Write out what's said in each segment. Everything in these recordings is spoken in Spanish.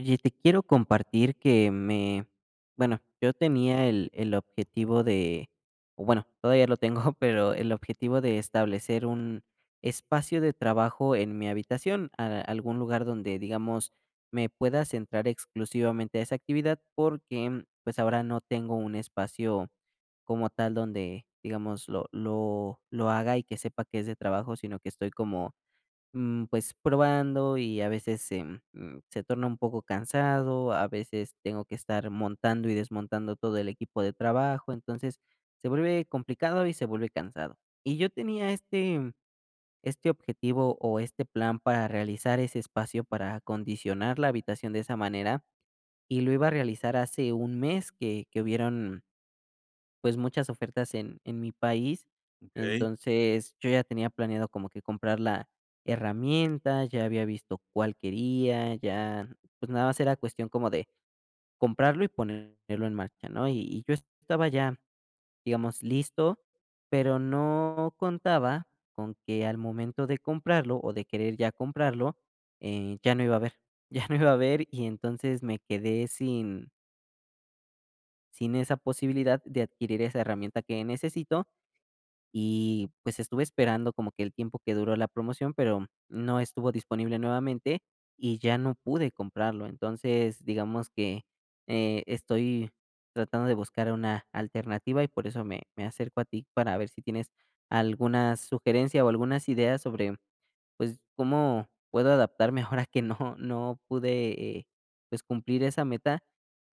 Oye, te quiero compartir que bueno, yo tenía el objetivo de, o bueno, todavía lo tengo, pero el objetivo de establecer un espacio de trabajo en mi habitación, algún lugar donde, digamos, me pueda centrar exclusivamente a esa actividad, porque pues ahora no tengo un espacio como tal donde, digamos, lo haga y que sepa que es de trabajo, sino que estoy como, pues, probando y a veces, se torna un poco cansado, a veces tengo que estar montando y desmontando todo el equipo de trabajo, entonces se vuelve complicado y se vuelve cansado. Y yo tenía este objetivo o este plan para realizar ese espacio, para acondicionar la habitación de esa manera, y lo iba a realizar hace un mes que hubieron pues, muchas ofertas en mi país. Okey, Entonces, yo ya tenía planeado como que comprar la herramienta, ya había visto cuál quería, ya, pues, nada más era cuestión como de comprarlo y ponerlo en marcha, ¿no? Y yo estaba ya, digamos, listo, pero no contaba con que al momento de comprarlo o de querer ya comprarlo, ya no iba a haber, ya no iba a haber, y entonces me quedé sin esa posibilidad de adquirir esa herramienta que necesito y, pues, estuve esperando como que el tiempo que duró la promoción, pero no estuvo disponible nuevamente y ya no pude comprarlo. Entonces, digamos que, estoy tratando de buscar una alternativa y por eso me acerco a ti para ver si tienes alguna sugerencia o algunas ideas sobre pues, ¿cómo puedo adaptarme ahora que no pude, pues, cumplir esa meta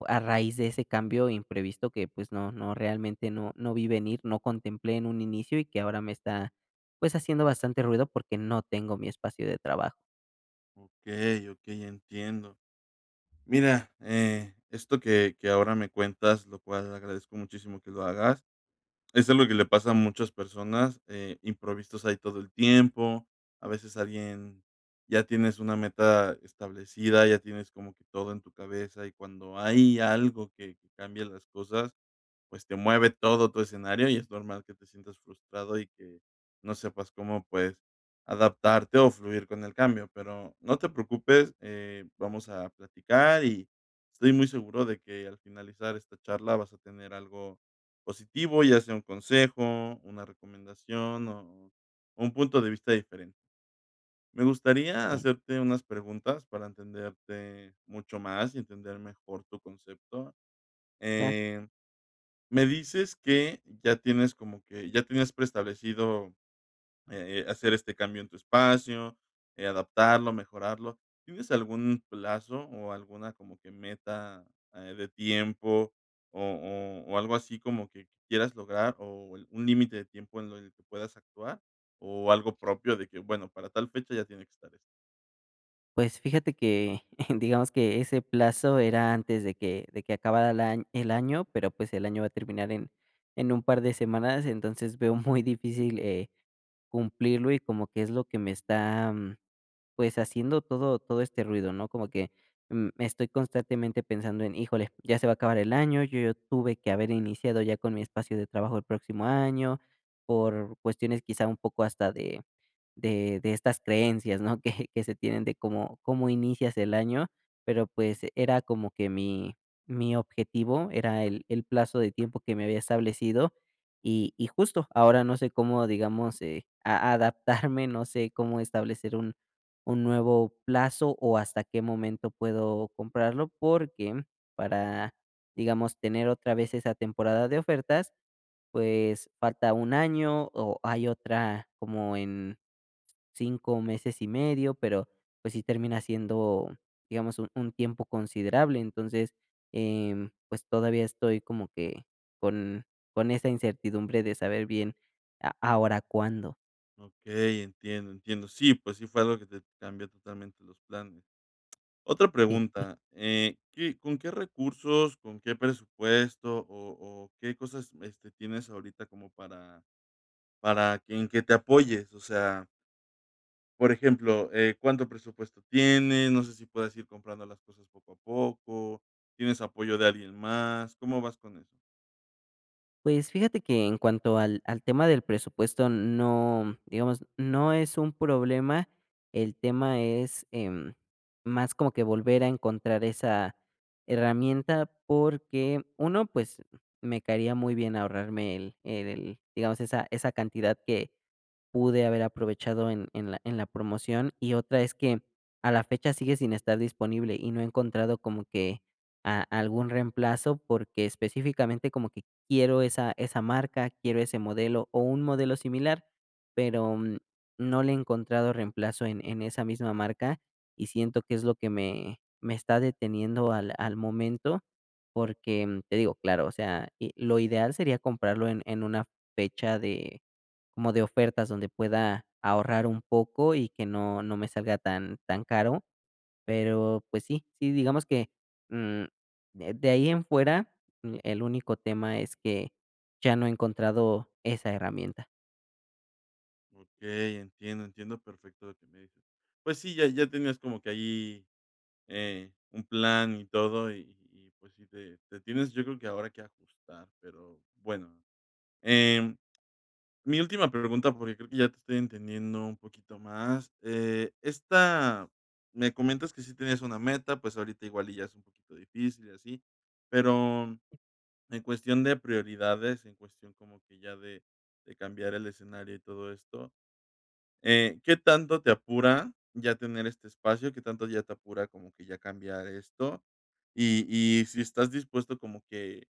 a raíz de ese cambio imprevisto que, pues, no realmente no vi venir, no contemplé en un inicio y que ahora me está, pues, haciendo bastante ruido porque no tengo mi espacio de trabajo? okey, okey, entiendo. Mira, esto que ahora me cuentas, lo cual agradezco muchísimo que lo hagas, es algo que le pasa a muchas personas. Imprevistos hay todo el tiempo, a veces alguien ya tienes una meta establecida, ya tienes como que todo en tu cabeza, y cuando hay algo que cambia las cosas, pues te mueve todo tu escenario y es normal que te sientas frustrado y que no sepas cómo, pues, adaptarte o fluir con el cambio. Pero no te preocupes, vamos a platicar y estoy muy seguro de que al finalizar esta charla vas a tener algo positivo, ya sea un consejo, una recomendación o un punto de vista diferente. Me gustaría Eh, hacerte unas preguntas para entenderte mucho más y entender mejor tu concepto. Claro. Em, Me dices que ya tienes como que ya tenías preestablecido, hacer este cambio en tu espacio, adaptarlo, mejorarlo. ¿Tienes algún plazo o alguna como que meta, de tiempo o algo así como que quieras lograr o un límite de tiempo en lo en el que puedas actuar? ¿O algo propio de que, bueno, para tal fecha ya tiene que estar esto? Pues, fíjate que digamos que ese plazo era antes de que acabara el año, pero, pues, el año va a terminar en un par de semanas, entonces veo muy difícil, cumplirlo y como que es lo que me está, pues, haciendo todo este ruido, ¿no? Como que, estoy constantemente pensando en: "Híjole, ya se va a acabar el año, yo tuve que haber iniciado ya con mi espacio de trabajo el próximo año", por cuestiones quizá un poco hasta de estas creencias, ¿no? Que se tienen de cómo inicias el año, pero, pues, era como que mi objetivo, era el plazo de tiempo que me había establecido, y justo, ahora no sé cómo, digamos, a adaptarme, no sé cómo establecer un nuevo plazo o hasta qué momento puedo comprarlo, porque para, digamos, tener otra vez esa temporada de ofertas, pues falta un año o hay otra como en 5 meses y medio, pero pues sí termina siendo, digamos, un tiempo considerable. Entonces, pues todavía estoy como que con, con esa incertidumbre de saber bien ahora cuándo. Okey, entiendo, entiendo. Sí, pues sí fue algo que te cambió totalmente los planes. Otra Sí. pregunta, ¿qué con qué recursos, con qué presupuesto o qué cosas, este, tienes ahorita como para que en que te apoyes? O sea, por ejemplo, ¿cuánto presupuesto tienes? No sé si puedes ir comprando las cosas poco a poco. ¿Tienes apoyo de alguien más? ¿Cómo vas con eso? Pues fíjate que en cuanto al tema del presupuesto, no, digamos, no es un problema. El tema es, más como que volver a encontrar esa herramienta, porque, uno pues, me caería muy bien ahorrarme el, digamos, esa cantidad que pude haber aprovechado en la promoción, y otra es que a la fecha sigue sin estar disponible y no he encontrado como que a algún reemplazo, porque específicamente como que quiero esa marca, quiero ese modelo o un modelo similar, pero, no le he encontrado reemplazo en esa misma marca y siento que es lo que me está deteniendo al momento, porque, te digo, claro, o sea, y lo ideal sería comprarlo en una fecha de como de ofertas donde pueda ahorrar un poco y que no me salga tan caro, pero, pues sí, sí, digamos que, mm, de ahí en fuera, el único tema es que ya no he encontrado esa herramienta. Okey, entiendo, entiendo perfecto lo que me dices. Pues sí, ya ya tenías como que ahí, un plan y todo, y pues sí te te tienes yo creo que ahora que ajustar, pero bueno. Em, Mi última pregunta, porque creo que ya te estoy entendiendo un poquito más. Esta, me comentas que sí tenías una meta, pues ahorita igual y ya es un poquito difícil y así, pero en cuestión de prioridades, en cuestión como que ya de cambiar el escenario y todo esto, ¿qué tanto te apura ya tener este espacio? ¿Qué tanto ya te apura como que ya cambiar esto? Y, y si estás dispuesto como que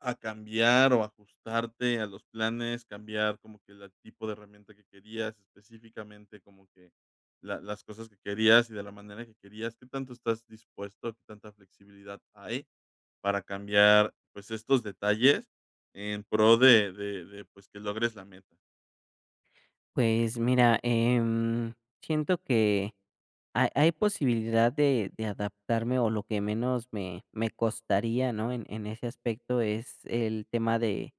a cambiar o ajustarte a los planes, cambiar como que el tipo de herramienta que querías, específicamente como que la las cosas que querías y de la manera que querías, ¿qué tanto estás dispuesto, qué tanta flexibilidad hay para cambiar, pues, estos detalles en pro de, pues, que logres la meta? Pues mira, siento que hay posibilidad de adaptarme o lo que menos me costaría, ¿no? En ese aspecto es el tema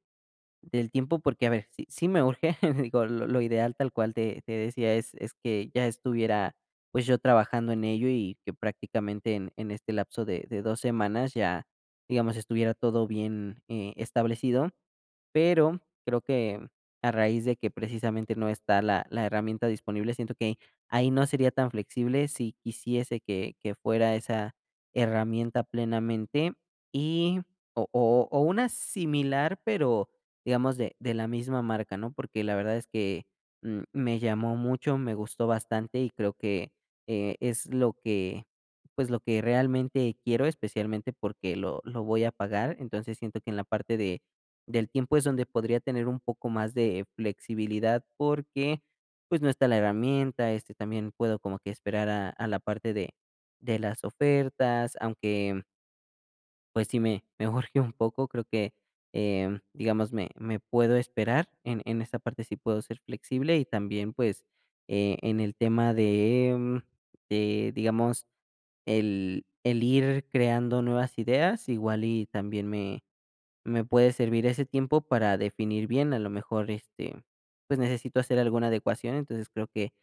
del tiempo, porque a ver, sí, sí me urge, digo, lo ideal tal cual te decía es que ya estuviera pues yo trabajando en ello y que prácticamente en este lapso de 2 semanas ya, digamos, estuviera todo bien establecido, pero creo que a raíz de que precisamente no está la herramienta disponible, siento que ahí no sería tan flexible si quisiese que fuera esa herramienta plenamente y o una similar, pero digamos de la misma marca, ¿no? Porque la verdad es que, me llamó mucho, me gustó bastante y creo que, es lo que, pues, lo que realmente quiero, especialmente porque lo voy a pagar. Entonces, siento que en la parte de del tiempo es donde podría tener un poco más de flexibilidad porque, pues, no está la herramienta, este, también puedo como que esperar a la parte de las ofertas, aunque, pues, sí me urge un poco, creo que, digamos, me puedo esperar, en esa parte sí puedo ser flexible y también, pues, en el tema de, de, digamos, el ir creando nuevas ideas, igual y también me puede servir ese tiempo para definir bien, a lo mejor, este, pues, necesito hacer alguna adecuación, entonces creo que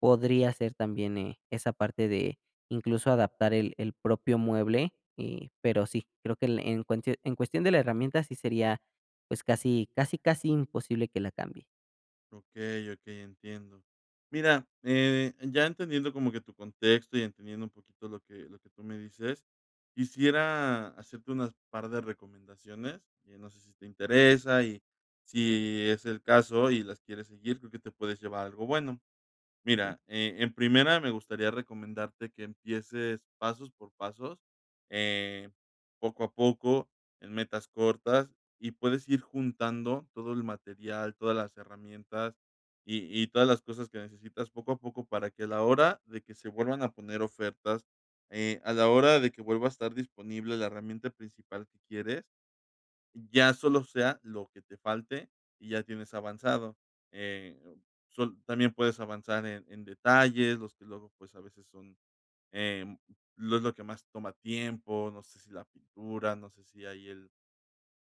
podría ser también, esa parte de incluso adaptar el propio mueble, pero sí, creo que el en cuentio en cuestión de la herramienta sí sería, pues, casi casi casi imposible que la cambie, Ok, ok, entiendo. Mira, ya entendiendo como que tu contexto y entendiendo un poquito lo que tú me dices, quisiera hacerte unas par de recomendaciones. No sé si te interesa y si es el caso y las quieres seguir, creo que te puedes llevar algo bueno. ¿ok? Mira, en primera me gustaría recomendarte que empieces pasos por pasos, eh, poco a poco, en metas cortas, y puedes ir juntando todo el material, todas las herramientas y todas las cosas que necesitas poco a poco, para que a la hora de que se vuelvan a poner ofertas, a la hora de que vuelva a estar disponible la herramienta principal que quieres, ya solo sea lo que te falte y ya tienes avanzado. Eh, Sol también puedes avanzar en detalles, los que luego, pues, a veces son, em, lo que más toma tiempo, no sé si la pintura, no sé si hay el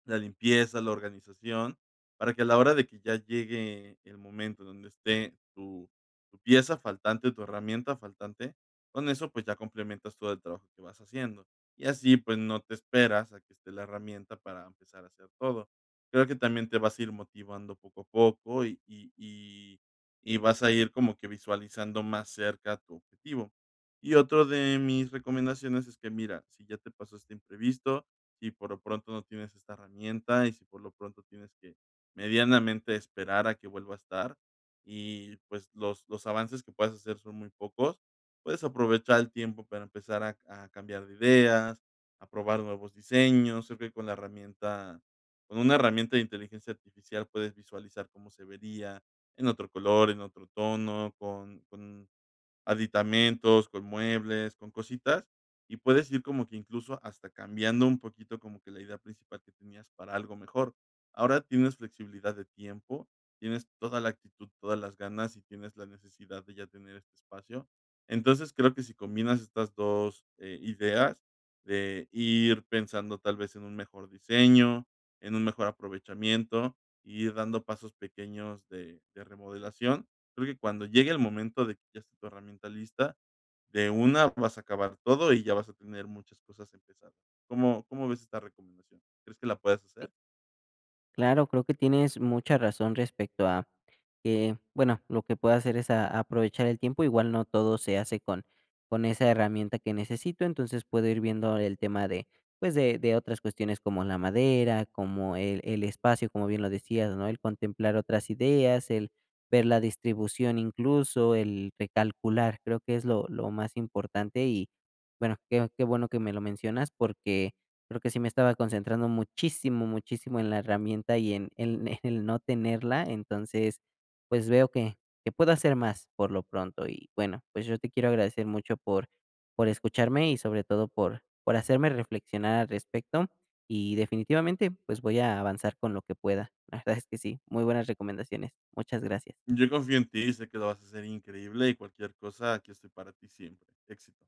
la limpieza, la organización, para que a la hora de que ya llegue el momento donde esté tu pieza faltante, tu herramienta faltante, con eso, pues, ya complementas todo el trabajo que vas haciendo. Y así, pues, no te esperas a que esté la herramienta para empezar a hacer todo. Creo que también te vas a ir motivando poco a poco y vas a ir como que visualizando más cerca tu objetivo. Y otro de mis recomendaciones es que, mira, si ya te pasó este imprevisto, si por lo pronto no tienes esta herramienta y si por lo pronto tienes que medianamente esperar a que vuelva a estar, y pues los avances que puedas hacer son muy pocos, puedes aprovechar el tiempo para empezar a cambiar de ideas, a probar nuevos diseños. Creo que con la herramienta, con una herramienta de inteligencia artificial puedes visualizar cómo se vería en otro color, en otro tono, aditamentos, con muebles, con cositas, y puedes ir como que incluso hasta cambiando un poquito como que la idea principal que tenías para algo mejor. Ahora tienes flexibilidad de tiempo, tienes toda la actitud, todas las ganas y tienes la necesidad de ya tener este espacio. Entonces, creo que si combinas estas 2 ideas de ir pensando tal vez en un mejor diseño, en un mejor aprovechamiento, y ir dando pasos pequeños de remodelación, creo que cuando llegue el momento de que ya esté tu herramienta lista, de una vas a acabar todo y ya vas a tener muchas cosas empezadas. ¿Cómo ves esta recomendación? ¿Crees que la puedes hacer? Claro, creo que tienes mucha razón respecto a que, bueno, lo que puedo hacer es aprovechar el tiempo. Igual no todo se hace con esa herramienta que necesito, entonces puedo ir viendo el tema de, pues, de otras cuestiones como la madera, como el espacio, como bien lo decías, ¿no? El contemplar otras ideas, el ver la distribución incluso, el recalcular, creo que es lo más importante y, bueno, qué bueno que me lo mencionas porque creo que sí me estaba concentrando muchísimo, muchísimo en la herramienta y en el no tenerla. Entonces, pues, veo que puedo hacer más por lo pronto. Y bueno, pues, yo te quiero agradecer mucho por escucharme y sobre todo por hacerme reflexionar al respecto. Y definitivamente, pues, voy a avanzar con lo que pueda. La verdad es que sí, muy buenas recomendaciones. Muchas gracias. Yo confío en ti, sé que lo vas a hacer increíble y cualquier cosa, aquí estoy para ti siempre. Éxito.